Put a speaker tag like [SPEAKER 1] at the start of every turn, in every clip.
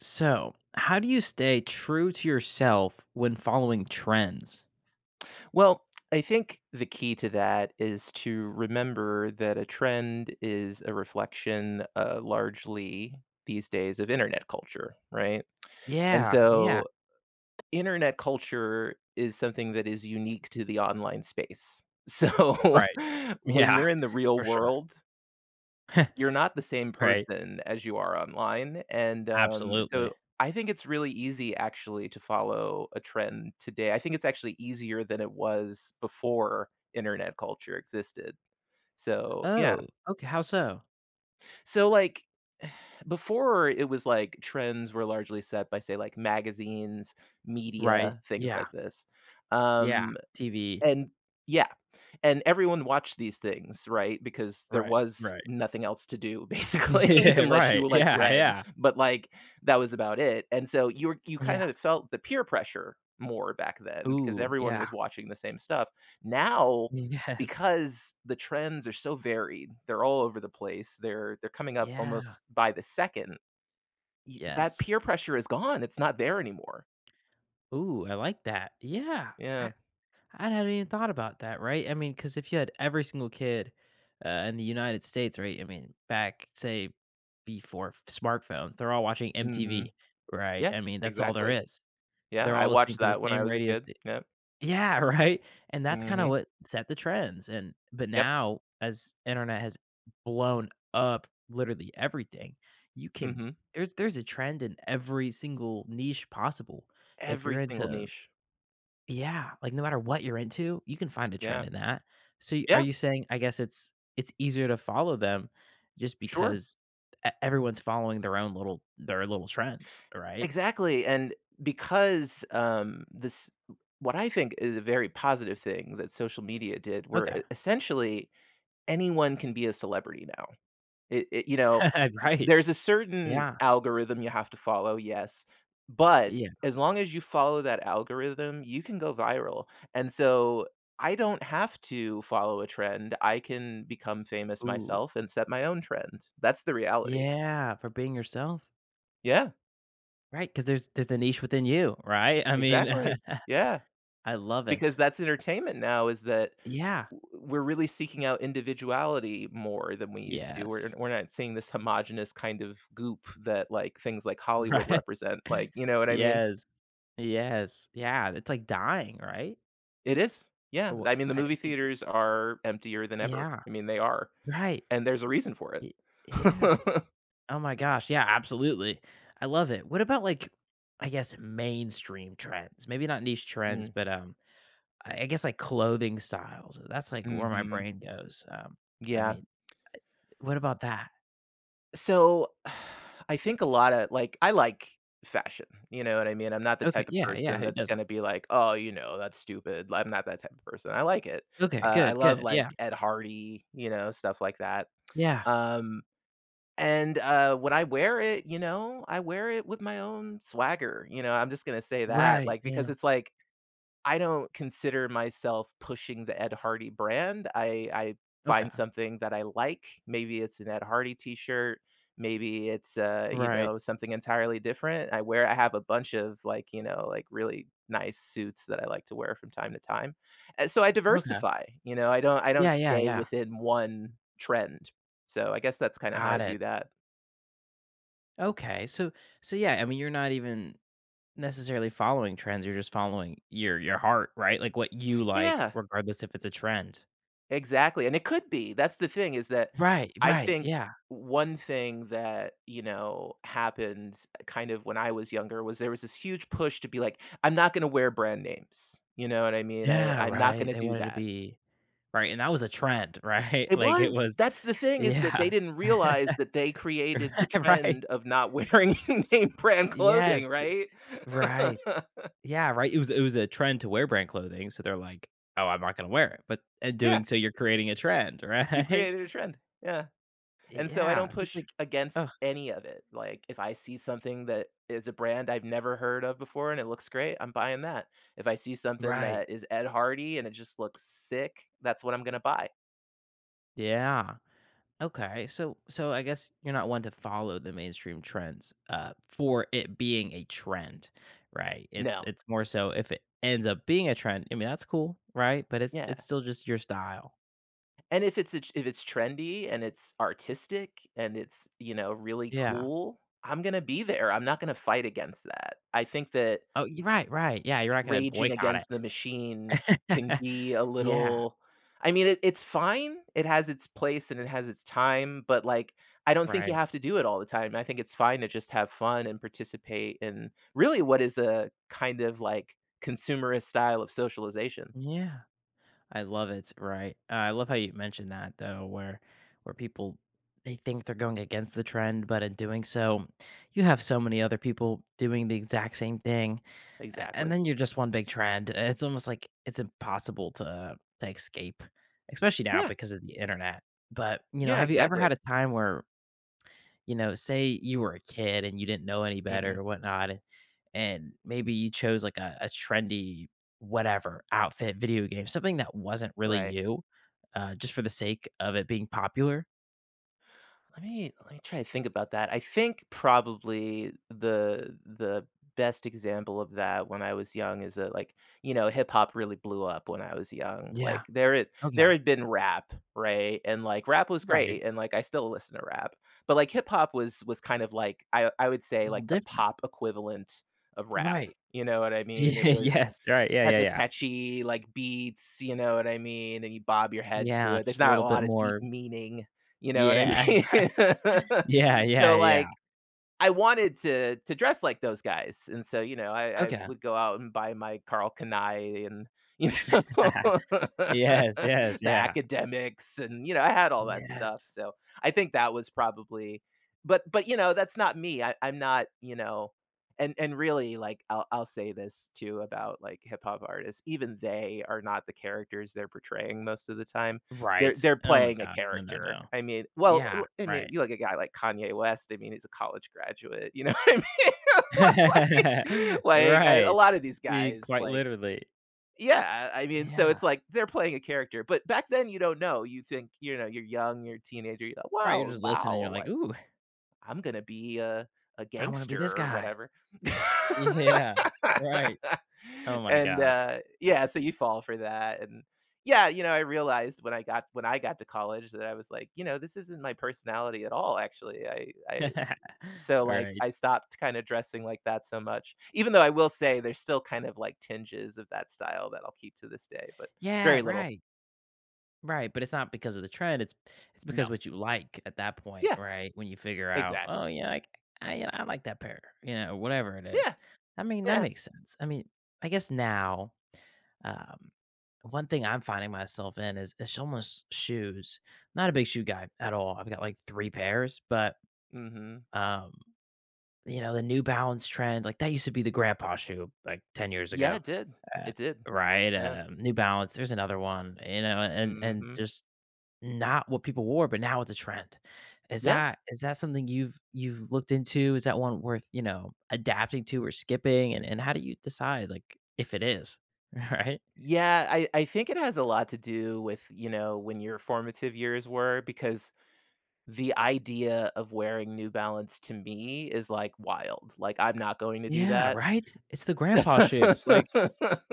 [SPEAKER 1] So, how do you stay true to yourself when following trends?
[SPEAKER 2] Well, I think the key to that is to remember that a trend is a reflection, largely these days of internet culture, right? And
[SPEAKER 1] Yeah, yeah.
[SPEAKER 2] so internet culture is something that is unique to the online space. So
[SPEAKER 1] Right.
[SPEAKER 2] when
[SPEAKER 1] Yeah,
[SPEAKER 2] you're in the real
[SPEAKER 1] for sure.
[SPEAKER 2] world, you're not the same
[SPEAKER 1] Right.
[SPEAKER 2] person as you are online, and,
[SPEAKER 1] Absolutely.
[SPEAKER 2] so I think it's really easy actually to follow a trend today. I think it's actually easier than it was before internet culture existed. So, yeah.
[SPEAKER 1] Oh, okay. How so?
[SPEAKER 2] So, like, before it was like trends were largely set by, say, like, magazines,
[SPEAKER 1] Right.
[SPEAKER 2] media, things
[SPEAKER 1] Yeah.
[SPEAKER 2] like this.
[SPEAKER 1] Yeah.
[SPEAKER 2] Um
[SPEAKER 1] TV.
[SPEAKER 2] and yeah, and everyone watched these things, right? Because there
[SPEAKER 1] Right.
[SPEAKER 2] was
[SPEAKER 1] Right.
[SPEAKER 2] nothing else to do basically
[SPEAKER 1] Yeah.
[SPEAKER 2] unless
[SPEAKER 1] Right.
[SPEAKER 2] you like
[SPEAKER 1] Yeah.
[SPEAKER 2] read,
[SPEAKER 1] Yeah.
[SPEAKER 2] but like that was about it. And so you kind
[SPEAKER 1] Yeah.
[SPEAKER 2] of felt the peer pressure more back then because
[SPEAKER 1] Ooh.
[SPEAKER 2] everyone
[SPEAKER 1] Yeah.
[SPEAKER 2] was watching the same stuff. Now,
[SPEAKER 1] Yes.
[SPEAKER 2] because the trends are so varied, they're all over the place. They're coming up
[SPEAKER 1] Yeah.
[SPEAKER 2] almost by the second. That
[SPEAKER 1] Yes.
[SPEAKER 2] peer pressure is gone. It's not there anymore.
[SPEAKER 1] Ooh. I like that. Yeah. I,
[SPEAKER 2] Yeah.
[SPEAKER 1] I hadn't even thought about that, right? I mean, because if you had every single kid in the United States, right? I mean, back say before smartphones, they're all watching
[SPEAKER 2] Mhm.
[SPEAKER 1] MTV, right? I
[SPEAKER 2] Yes,
[SPEAKER 1] mean, that's all there
[SPEAKER 2] exactly.
[SPEAKER 1] is.
[SPEAKER 2] Yeah,
[SPEAKER 1] They're
[SPEAKER 2] I
[SPEAKER 1] all listening
[SPEAKER 2] watched
[SPEAKER 1] to the
[SPEAKER 2] that when I
[SPEAKER 1] same
[SPEAKER 2] was a
[SPEAKER 1] radio.
[SPEAKER 2] kid. Yep.
[SPEAKER 1] Yeah, right. And that's kind of
[SPEAKER 2] Mhm.
[SPEAKER 1] what set the trends. And but
[SPEAKER 2] Yep.
[SPEAKER 1] now, as internet has blown up, literally everything, you can
[SPEAKER 2] Mhm.
[SPEAKER 1] there's a trend in every single niche possible. If
[SPEAKER 2] Every
[SPEAKER 1] you're
[SPEAKER 2] single
[SPEAKER 1] into
[SPEAKER 2] niche.
[SPEAKER 1] Yeah, like, no matter what you're into, you can find a trend
[SPEAKER 2] Yeah.
[SPEAKER 1] in that. So, y are
[SPEAKER 2] Yeah,
[SPEAKER 1] you saying I guess it's easier to follow them just
[SPEAKER 2] sure.
[SPEAKER 1] because e everyone's following their little trends, right?
[SPEAKER 2] Exactly, and because, this what I think is a very positive thing that social media did, where
[SPEAKER 1] Okay.
[SPEAKER 2] e essentially anyone can be a celebrity now. It you know, y
[SPEAKER 1] Right.
[SPEAKER 2] there's a certain
[SPEAKER 1] Yeah.
[SPEAKER 2] algorithm you have to follow, yes, but
[SPEAKER 1] Yeah.
[SPEAKER 2] as long as you follow that algorithm, you can go viral, and so I don't have to follow a trend, I can become famous
[SPEAKER 1] Ooh.
[SPEAKER 2] myself and set my own trend. That's the reality.
[SPEAKER 1] Yeah, for being yourself.
[SPEAKER 2] Yeah,
[SPEAKER 1] Right? Because there's a niche within you, right? I mean,
[SPEAKER 2] exactly. Yeah,
[SPEAKER 1] I love
[SPEAKER 2] because
[SPEAKER 1] it.
[SPEAKER 2] that's entertainment now is that
[SPEAKER 1] Yeah.
[SPEAKER 2] we're really seeking out individuality more than we used to. We're
[SPEAKER 1] Yes.
[SPEAKER 2] we're not seeing this homogenous kind of goop that like things like Hollywood
[SPEAKER 1] Right.
[SPEAKER 2] represent. Like, you know what I mean?
[SPEAKER 1] Yes. Yes. Yeah, it's like dying, right?
[SPEAKER 2] It is. Yeah.
[SPEAKER 1] Or wha
[SPEAKER 2] I mean, the
[SPEAKER 1] I
[SPEAKER 2] movie
[SPEAKER 1] think.
[SPEAKER 2] theaters are emptier than ever.
[SPEAKER 1] Yeah,
[SPEAKER 2] I mean, they are.
[SPEAKER 1] right.
[SPEAKER 2] And there's a reason for it.
[SPEAKER 1] Y yeah. Oh my gosh, yeah, absolutely. I love it. What about, like, I guess, mainstream trends? Maybe not niche trends,
[SPEAKER 2] Mm-hmm.
[SPEAKER 1] but, I guess, like, clothing styles. That's, like, where my brain goes. I
[SPEAKER 2] Yeah.
[SPEAKER 1] mean, what about that?
[SPEAKER 2] So, I think a lot of like, I like fashion, you know what I mean? I'm not the
[SPEAKER 1] Okay,
[SPEAKER 2] type of
[SPEAKER 1] yeah, yeah,
[SPEAKER 2] person
[SPEAKER 1] who
[SPEAKER 2] that's
[SPEAKER 1] doesn't?
[SPEAKER 2] gonna be like, "Oh, you know, that's stupid." Like, I'm not that type of person. I like it.
[SPEAKER 1] Okay,
[SPEAKER 2] I
[SPEAKER 1] good,
[SPEAKER 2] love,
[SPEAKER 1] good,
[SPEAKER 2] like,
[SPEAKER 1] yeah,
[SPEAKER 2] Ed Hardy, you know, stuff like that.
[SPEAKER 1] yeah,
[SPEAKER 2] Um, and, when I wear it, you know, I wear it with my own swagger, you know, I'm just gonna say that,
[SPEAKER 1] right,
[SPEAKER 2] like, because
[SPEAKER 1] yeah,
[SPEAKER 2] it's like I don't consider myself pushing the Ed Hardy brand. I
[SPEAKER 1] okay,
[SPEAKER 2] find something that I like. Maybe it's an Ed Hardy t-shirt, maybe it's, you
[SPEAKER 1] right,
[SPEAKER 2] know, something entirely different. I have a bunch of, like, you know, like, really nice suits that I like to wear from time to time. And so I
[SPEAKER 1] okay,
[SPEAKER 2] diversify, you know, I don't
[SPEAKER 1] yeah, yeah,
[SPEAKER 2] stay
[SPEAKER 1] yeah,
[SPEAKER 2] within one trend. So I guess that's kinda how
[SPEAKER 1] got
[SPEAKER 2] I
[SPEAKER 1] it.
[SPEAKER 2] do that.
[SPEAKER 1] Okay, so so, yeah, I mean, you're not even necessarily following trends, you're just following your heart, right? Like, what you like,
[SPEAKER 2] Yeah.
[SPEAKER 1] regardless if it's a trend.
[SPEAKER 2] Exactly, and it could be. That's the thing is that
[SPEAKER 1] Right,
[SPEAKER 2] I
[SPEAKER 1] right,
[SPEAKER 2] think
[SPEAKER 1] yeah.
[SPEAKER 2] one thing that, you know, happened kind of when I was younger was there was this huge push to be like, "I'm not gonna wear brand names." You know what I mean?
[SPEAKER 1] Yeah,
[SPEAKER 2] I'm not
[SPEAKER 1] right,
[SPEAKER 2] gonna
[SPEAKER 1] they
[SPEAKER 2] do
[SPEAKER 1] wanted to
[SPEAKER 2] that.
[SPEAKER 1] be right, and that was a trend, right?
[SPEAKER 2] It
[SPEAKER 1] Like, it
[SPEAKER 2] was.
[SPEAKER 1] was
[SPEAKER 2] That's the thing is that
[SPEAKER 1] yeah.
[SPEAKER 2] they didn't realize that they created the
[SPEAKER 1] Right.
[SPEAKER 2] trend of not wearing name brand clothing,
[SPEAKER 1] Yes,
[SPEAKER 2] right?
[SPEAKER 1] right. Yeah, right, it was a trend to wear brand clothing, so they're like, "Oh, I'm not gonna wear it," but in
[SPEAKER 2] Yeah,
[SPEAKER 1] doing so, you're creating a trend,
[SPEAKER 2] you
[SPEAKER 1] right?
[SPEAKER 2] created a trend. Yeah. And so I
[SPEAKER 1] Yeah,
[SPEAKER 2] don't
[SPEAKER 1] so it's
[SPEAKER 2] push
[SPEAKER 1] like
[SPEAKER 2] against
[SPEAKER 1] oh,
[SPEAKER 2] any of it. Like if I see something that is a brand I've never heard of before and it looks great, I'm buying that. If I see something
[SPEAKER 1] right.
[SPEAKER 2] that is Ed Hardy and it just looks sick, that's what I'm going to buy.
[SPEAKER 1] Yeah. Okay, so so I guess you're not one to follow the mainstream trends, for it being a trend, right? It's
[SPEAKER 2] No.
[SPEAKER 1] it's more so if it ends up being a trend. I mean, that's cool, right? But it's
[SPEAKER 2] Yeah.
[SPEAKER 1] it's still just your style.
[SPEAKER 2] And if it's trendy and it's artistic and it's, you know, really
[SPEAKER 1] Yeah.
[SPEAKER 2] cool, I'm going to be there. I'm not going to fight against that. I think that
[SPEAKER 1] Oh, you're right, right. Yeah, you're not gonna
[SPEAKER 2] raging
[SPEAKER 1] boycott
[SPEAKER 2] against the machine
[SPEAKER 1] it.
[SPEAKER 2] can be a
[SPEAKER 1] Yeah.
[SPEAKER 2] little I mean, it it's fine. It has its place and it has its time, but, like, I don't think you
[SPEAKER 1] Right.
[SPEAKER 2] have to do it all the time. I think it's fine to just have fun and participate in really what is a kind of, like, consumerist style of socialization.
[SPEAKER 1] Yeah. I love it, right? I love how you mentioned that though, where people they think they're going against the trend, but in doing so, you have so many other people doing the exact same thing, and
[SPEAKER 2] Exactly.
[SPEAKER 1] then you're just one big trend. It's almost like it's impossible to escape, especially now
[SPEAKER 2] Yeah.
[SPEAKER 1] because of the internet. But you know,
[SPEAKER 2] Yeah,
[SPEAKER 1] have you ever had
[SPEAKER 2] exactly.
[SPEAKER 1] a time where you know, say you were a kid and you didn't know any better or
[SPEAKER 2] Mhm.
[SPEAKER 1] whatnot, and maybe you chose like a trendy whatever outfit video game something that wasn't really
[SPEAKER 2] Right.
[SPEAKER 1] you just for the sake of it being popular.
[SPEAKER 2] Let me try to think about that. I think probably the best example of that when I was young is that like, you know, hip hop really blew up when I was young.
[SPEAKER 1] Yeah.
[SPEAKER 2] Like
[SPEAKER 1] Okay.
[SPEAKER 2] there had been rap, right? And like rap was
[SPEAKER 1] Right.
[SPEAKER 2] great and like I still listen to rap. But like hip hop was kind of like I would
[SPEAKER 1] A
[SPEAKER 2] say
[SPEAKER 1] little
[SPEAKER 2] like the
[SPEAKER 1] different.
[SPEAKER 2] pop equivalent of rap.
[SPEAKER 1] Right.
[SPEAKER 2] You know what I mean?
[SPEAKER 1] Yeah.
[SPEAKER 2] It was
[SPEAKER 1] Yes, right. Yeah,
[SPEAKER 2] had
[SPEAKER 1] yeah,
[SPEAKER 2] the
[SPEAKER 1] yeah.
[SPEAKER 2] catchy, like, beats, you know what I mean, and you bob your head to
[SPEAKER 1] Yeah,
[SPEAKER 2] it. There's
[SPEAKER 1] just a
[SPEAKER 2] not a
[SPEAKER 1] little bit
[SPEAKER 2] lot of deep
[SPEAKER 1] more.
[SPEAKER 2] meaning, you know what I
[SPEAKER 1] Yeah.
[SPEAKER 2] mean?
[SPEAKER 1] Right. Yeah, yeah,
[SPEAKER 2] So,
[SPEAKER 1] yeah.
[SPEAKER 2] like, I wanted to dress like those guys, and so, you know, I
[SPEAKER 1] Okay.
[SPEAKER 2] would go out and buy my Carl Kanai and, you know,
[SPEAKER 1] Yes,
[SPEAKER 2] the
[SPEAKER 1] yes, yeah.
[SPEAKER 2] academics, and, you know, I had all that stuff,
[SPEAKER 1] Yes,
[SPEAKER 2] so I think that was probably you know, that's not me, I'm not, you know and really, like, I'll say this too about, like, hip hop artists, even they are not the characters they're portraying most of the time. They're
[SPEAKER 1] right.
[SPEAKER 2] they're
[SPEAKER 1] Oh my
[SPEAKER 2] playing a
[SPEAKER 1] gosh. No, no,
[SPEAKER 2] character.
[SPEAKER 1] no.
[SPEAKER 2] I mean, well,
[SPEAKER 1] Yeah,
[SPEAKER 2] l I mean,
[SPEAKER 1] right.
[SPEAKER 2] you look at a guy like Kanye West, I mean, he's a college graduate, you know what I mean? Like like, a
[SPEAKER 1] Right.
[SPEAKER 2] lot of these guys,
[SPEAKER 1] Quite
[SPEAKER 2] like
[SPEAKER 1] literally.
[SPEAKER 2] yeah, I mean, so
[SPEAKER 1] Yeah.
[SPEAKER 2] it's like they're playing a character, but back then you don't know. You think, you know, you're young, you're a teenager, you're like,
[SPEAKER 1] Right, you're
[SPEAKER 2] "Well,
[SPEAKER 1] just listening, you're
[SPEAKER 2] wow,
[SPEAKER 1] like,
[SPEAKER 2] like,
[SPEAKER 1] "Ooh,
[SPEAKER 2] I'm gonna be a
[SPEAKER 1] I wanna be
[SPEAKER 2] gangster
[SPEAKER 1] this
[SPEAKER 2] or
[SPEAKER 1] guy."
[SPEAKER 2] whatever."
[SPEAKER 1] Yeah, right. Oh my
[SPEAKER 2] and
[SPEAKER 1] gosh.
[SPEAKER 2] yeah, so you fall for that and yeah, you know, I realized when I got to college that I was like, you know, this isn't my personality at all actually. I so like
[SPEAKER 1] Right.
[SPEAKER 2] I stopped kind of dressing like that so much. Even though I will say there's still kind of like tinges of that style that I'll keep to this day, but
[SPEAKER 1] Yeah,
[SPEAKER 2] very little.
[SPEAKER 1] right, right, but it's not because of the trend, it's because
[SPEAKER 2] No.
[SPEAKER 1] what you like at that point,
[SPEAKER 2] Yeah,
[SPEAKER 1] right? When you figure out, "Oh,
[SPEAKER 2] exactly.
[SPEAKER 1] yeah, I you know, I like that pair," you know, whatever it is.
[SPEAKER 2] Yeah.
[SPEAKER 1] I mean, that
[SPEAKER 2] Yeah.
[SPEAKER 1] makes sense. I mean, I guess now, um, one thing I'm finding myself in is almost shoes. Not a big shoe guy at all. I've got, like, 3 pairs, but,
[SPEAKER 2] Mhm.
[SPEAKER 1] um. You know, the New Balance trend, like, that used to be the grandpa shoe, like, 10 years
[SPEAKER 2] Yeah,
[SPEAKER 1] ago,
[SPEAKER 2] it did.
[SPEAKER 1] uh,
[SPEAKER 2] It did.
[SPEAKER 1] right?
[SPEAKER 2] Yeah.
[SPEAKER 1] New Balance, there's another one, you know, and
[SPEAKER 2] Mhm.
[SPEAKER 1] just not what people wore, but now it's a trend. Is
[SPEAKER 2] Yeah.
[SPEAKER 1] that is that something you've looked into? Is that one worth, you know, adapting to or skipping? And how do you decide, like, if it is, right?
[SPEAKER 2] Yeah, I think it has a lot to do with, you know, when your formative years were, because the idea of wearing New Balance to me is like wild. Like, I'm not going to do
[SPEAKER 1] Yeah,
[SPEAKER 2] that.
[SPEAKER 1] right? It's the grandpa shoe, like,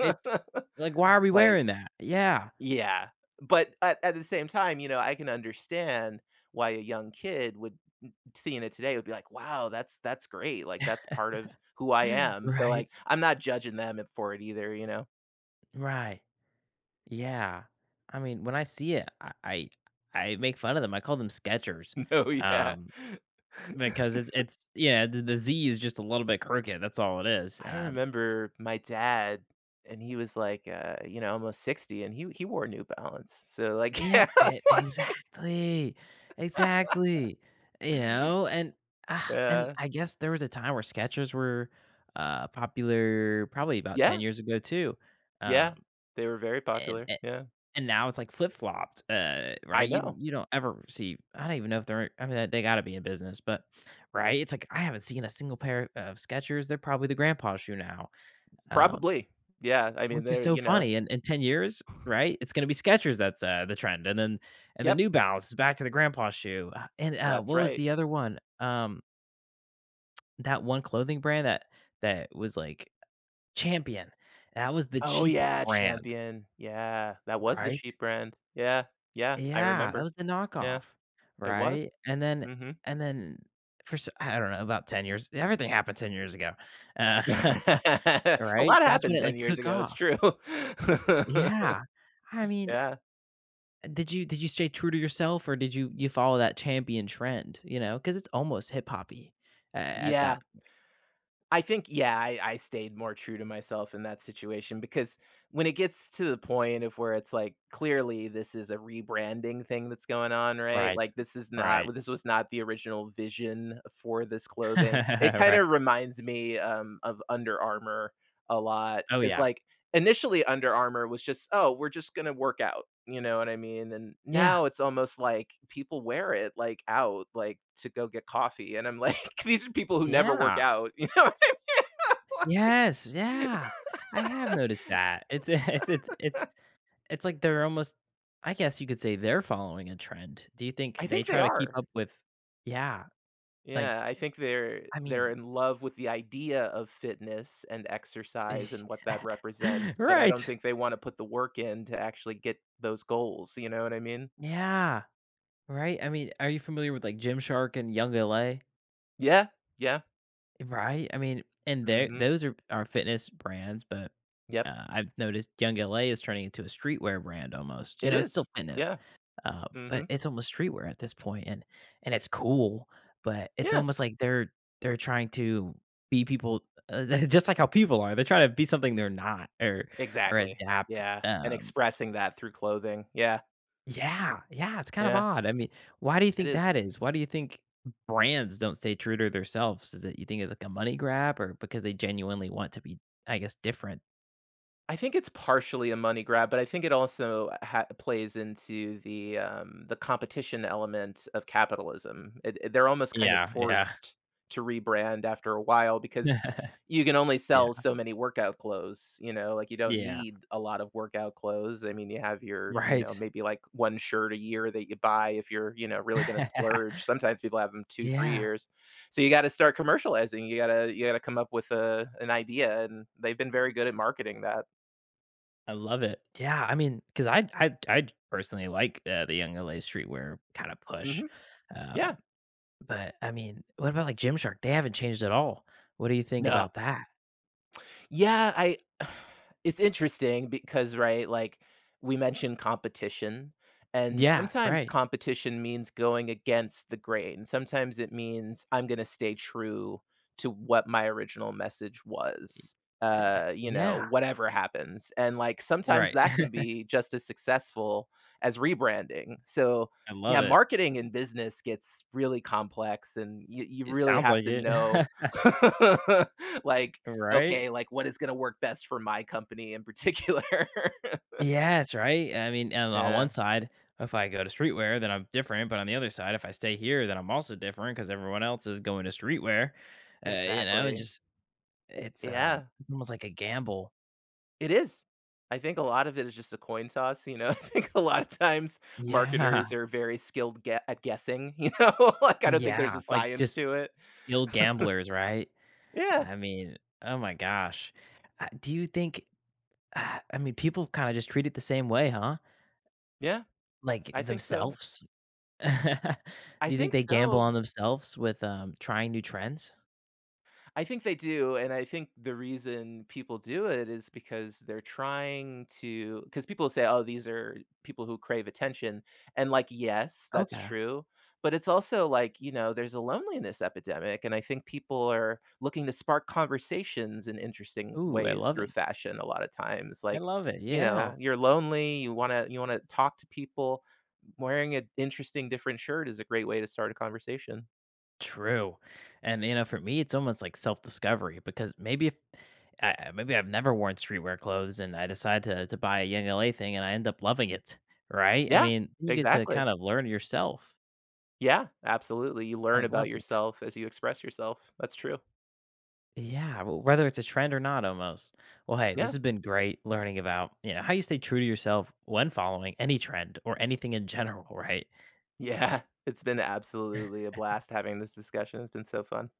[SPEAKER 1] it's like, why are we
[SPEAKER 2] Like,
[SPEAKER 1] wearing that? Yeah.
[SPEAKER 2] yeah. But at the same time, you know, I can understand why a young kid would seeing it today would be like, wow, that's great. Like that's part of who I am. So
[SPEAKER 1] Right.
[SPEAKER 2] like I'm not judging them for it either, you know.
[SPEAKER 1] Right. Yeah. I mean, when I see it, I I make fun of them. I call them Skechers,
[SPEAKER 2] No, yeah.
[SPEAKER 1] um, because it's yeah, the Z is just a little bit crooked. That's all it is.
[SPEAKER 2] I remember my dad, and he was like, you know, almost 60, and he wore New Balance. So like,
[SPEAKER 1] Yeah,
[SPEAKER 2] yeah,
[SPEAKER 1] exactly, exactly. You know, and ah, and
[SPEAKER 2] uh,
[SPEAKER 1] I guess there was a time where Skechers were popular, probably about ten
[SPEAKER 2] yeah,
[SPEAKER 1] years ago too. Um,
[SPEAKER 2] yeah, they were very
[SPEAKER 1] and.
[SPEAKER 2] popular. Yeah,
[SPEAKER 1] And now it's, like, flip-flopped,
[SPEAKER 2] I
[SPEAKER 1] right? You
[SPEAKER 2] know,
[SPEAKER 1] you don't ever see I don't even know if they're I mean, they gotta be in business, but right? It's like, I haven't seen a single pair of Skechers, they're probably the grandpa shoe now, um,
[SPEAKER 2] probably. Yeah, I mean,
[SPEAKER 1] which is
[SPEAKER 2] they're
[SPEAKER 1] so
[SPEAKER 2] you know,
[SPEAKER 1] funny, and in 10 years, right, it's gonna be Skechers that's, the trend, and then and the
[SPEAKER 2] yep,
[SPEAKER 1] New Balance is back to the grandpa shoe, and,
[SPEAKER 2] that's
[SPEAKER 1] what was
[SPEAKER 2] right.
[SPEAKER 1] the other one? That one clothing brand that was, like, Champion, that was the
[SPEAKER 2] Oh
[SPEAKER 1] cheap
[SPEAKER 2] yeah,
[SPEAKER 1] brand,
[SPEAKER 2] Champion. Yeah, that was the
[SPEAKER 1] right?
[SPEAKER 2] cheap brand. Yeah, yeah, I
[SPEAKER 1] Yeah, that
[SPEAKER 2] remember.
[SPEAKER 1] was the
[SPEAKER 2] Yeah,
[SPEAKER 1] knockoff,
[SPEAKER 2] it was.
[SPEAKER 1] right?
[SPEAKER 2] Hmm.
[SPEAKER 1] And then for s I don't know, about 10 years everything happened 10 years ago, uh,
[SPEAKER 2] A
[SPEAKER 1] right?
[SPEAKER 2] lot
[SPEAKER 1] That's when
[SPEAKER 2] happened
[SPEAKER 1] it,
[SPEAKER 2] 10
[SPEAKER 1] like,
[SPEAKER 2] years
[SPEAKER 1] took
[SPEAKER 2] ago. It's
[SPEAKER 1] off.
[SPEAKER 2] true.
[SPEAKER 1] Yeah. I mean,
[SPEAKER 2] yeah.
[SPEAKER 1] did you stay true to yourself or did you follow that champion trend, you know, because it's almost hip hoppy a at that.
[SPEAKER 2] Yeah. I think I stayed more true to myself in that situation because when it gets to the point of where it's like clearly this is a rebranding thing that's going on, right?
[SPEAKER 1] Right,
[SPEAKER 2] Like this is
[SPEAKER 1] right,
[SPEAKER 2] not this was not the original vision for this clothing. It kind
[SPEAKER 1] right.
[SPEAKER 2] of reminds me of Under Armour a lot
[SPEAKER 1] Oh,
[SPEAKER 2] because
[SPEAKER 1] yeah.
[SPEAKER 2] like initially Under Armour was just oh we're just gonna work out, you know what I mean? And
[SPEAKER 1] Yeah,
[SPEAKER 2] now it's almost like people wear it like out like to go get coffee and I'm like these are people who never work
[SPEAKER 1] yeah.
[SPEAKER 2] out you know
[SPEAKER 1] Yes, yeah. I have noticed that. It's it's it's. It's like they're almost I guess you could say they're following a trend. Do you think
[SPEAKER 2] I
[SPEAKER 1] they
[SPEAKER 2] think they
[SPEAKER 1] try to keep
[SPEAKER 2] are.
[SPEAKER 1] up with yeah, like,
[SPEAKER 2] Yeah, I think they're
[SPEAKER 1] I
[SPEAKER 2] they're
[SPEAKER 1] mean
[SPEAKER 2] in love with the idea of fitness and exercise and what that represents, but I don't
[SPEAKER 1] right.
[SPEAKER 2] think they wanna put the work in to actually get those goals, you know what I mean?
[SPEAKER 1] Yeah, right? I mean, are you familiar with, like, Gymshark and Young LA?
[SPEAKER 2] Yeah, yeah,
[SPEAKER 1] Right? I mean, and there
[SPEAKER 2] mhm,
[SPEAKER 1] those are fitness brands, but,
[SPEAKER 2] yep,
[SPEAKER 1] I've noticed Young LA is turning into a streetwear brand almost, you
[SPEAKER 2] it
[SPEAKER 1] know, it's still
[SPEAKER 2] is.
[SPEAKER 1] fitness.
[SPEAKER 2] Yeah,
[SPEAKER 1] But
[SPEAKER 2] mhm,
[SPEAKER 1] it's almost streetwear at this point, and it's cool, but it's
[SPEAKER 2] yeah,
[SPEAKER 1] almost like they're trying to be people, just like how people are. They're trying to be something they're not, or
[SPEAKER 2] exactly,
[SPEAKER 1] adapt.
[SPEAKER 2] yeah, and expressing that through clothing, yeah,
[SPEAKER 1] Yeah, yeah, it's kind of
[SPEAKER 2] yeah,
[SPEAKER 1] odd. I mean, why do you
[SPEAKER 2] it
[SPEAKER 1] think
[SPEAKER 2] is.
[SPEAKER 1] that is? Why do you think brands don't stay true to themselves? Is it you think it's like a money grab, or because they genuinely want to be, I guess, different?
[SPEAKER 2] I think it's partially a money grab, but I think it also ha plays into the competition element of capitalism. It they're almost kind of
[SPEAKER 1] Yeah, yeah,
[SPEAKER 2] forced to rebrand after a while because you can only
[SPEAKER 1] yeah,
[SPEAKER 2] sell so many workout clothes, you know, like, you don't
[SPEAKER 1] yeah.
[SPEAKER 2] need a lot of workout clothes. I mean, you have your, you know,
[SPEAKER 1] Right.
[SPEAKER 2] maybe, like, 1 shirt a year that you buy if you're, you know, really gonna splurge. Sometimes people have them 2, 3
[SPEAKER 1] Yeah.
[SPEAKER 2] years. So, you gotta start commercializing. You gotta come up with a an idea, and they've been very good at marketing that.
[SPEAKER 1] I love it. Yeah, I mean, because I I personally like the young LA streetwear kind of push,
[SPEAKER 2] Mhm.
[SPEAKER 1] um,
[SPEAKER 2] Yeah.
[SPEAKER 1] but I mean, what about like Gymshark? They haven't changed at all. What do you think
[SPEAKER 2] No,
[SPEAKER 1] about that?
[SPEAKER 2] yeah, I it's interesting because, right, like, we mentioned competition, and
[SPEAKER 1] Yeah,
[SPEAKER 2] sometimes
[SPEAKER 1] right.
[SPEAKER 2] competition means going against the grain. Sometimes it means I'm gonna stay true to what my original message was,
[SPEAKER 1] Yeah,
[SPEAKER 2] you know,
[SPEAKER 1] yeah,
[SPEAKER 2] whatever happens, and, like, sometimes
[SPEAKER 1] right.
[SPEAKER 2] that can be just as successful as rebranding. So,
[SPEAKER 1] I love
[SPEAKER 2] yeah,
[SPEAKER 1] it.
[SPEAKER 2] marketing in business gets really complex, and you
[SPEAKER 1] It
[SPEAKER 2] really
[SPEAKER 1] sounds
[SPEAKER 2] have
[SPEAKER 1] like
[SPEAKER 2] to
[SPEAKER 1] it,
[SPEAKER 2] know, like,
[SPEAKER 1] right?
[SPEAKER 2] "Okay, like, what is gonna work best for my company in particular?"
[SPEAKER 1] Yes, right. I mean, and on one
[SPEAKER 2] Yeah,
[SPEAKER 1] side, if I go to streetwear, then I'm different. But on the other side, if I stay here, then I'm also different because everyone else is going to streetwear. You know, it
[SPEAKER 2] exactly.
[SPEAKER 1] just
[SPEAKER 2] Yeah,
[SPEAKER 1] it's almost like a gamble.
[SPEAKER 2] it is. I think a lot of it is just a coin toss, you know? I think a lot of times
[SPEAKER 1] Yeah,
[SPEAKER 2] marketers are very skilled gue at guessing, you know? Like, I don't think there's
[SPEAKER 1] yeah,
[SPEAKER 2] a
[SPEAKER 1] like,
[SPEAKER 2] science
[SPEAKER 1] just
[SPEAKER 2] to it.
[SPEAKER 1] skilled gamblers, right?
[SPEAKER 2] Yeah,
[SPEAKER 1] I mean, oh my gosh. Do you think I mean, people kinda just treat it the same way, huh?
[SPEAKER 2] yeah,
[SPEAKER 1] Like,
[SPEAKER 2] I think so.
[SPEAKER 1] themselves? Do
[SPEAKER 2] I
[SPEAKER 1] you think
[SPEAKER 2] think
[SPEAKER 1] they gamble
[SPEAKER 2] so.
[SPEAKER 1] on themselves with, trying new trends?
[SPEAKER 2] I think they do, and I think the reason people do it is because they're trying to because people say, "Oh, these are people who crave attention." And like, yes, that's
[SPEAKER 1] Okay.
[SPEAKER 2] true, but it's also like, you know, there's a loneliness epidemic, and I think people are looking to spark conversations in interesting
[SPEAKER 1] Ooh, I
[SPEAKER 2] ways
[SPEAKER 1] love
[SPEAKER 2] through
[SPEAKER 1] it.
[SPEAKER 2] fashion a lot of times.
[SPEAKER 1] I
[SPEAKER 2] Like,
[SPEAKER 1] love it,
[SPEAKER 2] you
[SPEAKER 1] yeah.
[SPEAKER 2] know, you're lonely, you want to talk to people. Wearing an interesting different shirt is a great way to start a conversation.
[SPEAKER 1] True. And, you know, for me, it's almost like self-discovery because maybe if maybe I've never worn streetwear clothes and I decide to buy a Young LA thing and I end up loving it, right? I
[SPEAKER 2] Yeah,
[SPEAKER 1] mean, you get to
[SPEAKER 2] exactly.
[SPEAKER 1] kind of learn yourself.
[SPEAKER 2] Yeah, absolutely. You
[SPEAKER 1] I
[SPEAKER 2] learn
[SPEAKER 1] love
[SPEAKER 2] about
[SPEAKER 1] it.
[SPEAKER 2] yourself as you express yourself. That's true.
[SPEAKER 1] Yeah, whether it's a trend or not, almost. Well, hey, this
[SPEAKER 2] Yeah.
[SPEAKER 1] has been great learning about, you know, how you stay true to yourself when following any trend or anything in general, right?
[SPEAKER 2] Yeah. It's been absolutely a blast having this discussion. It's been so fun.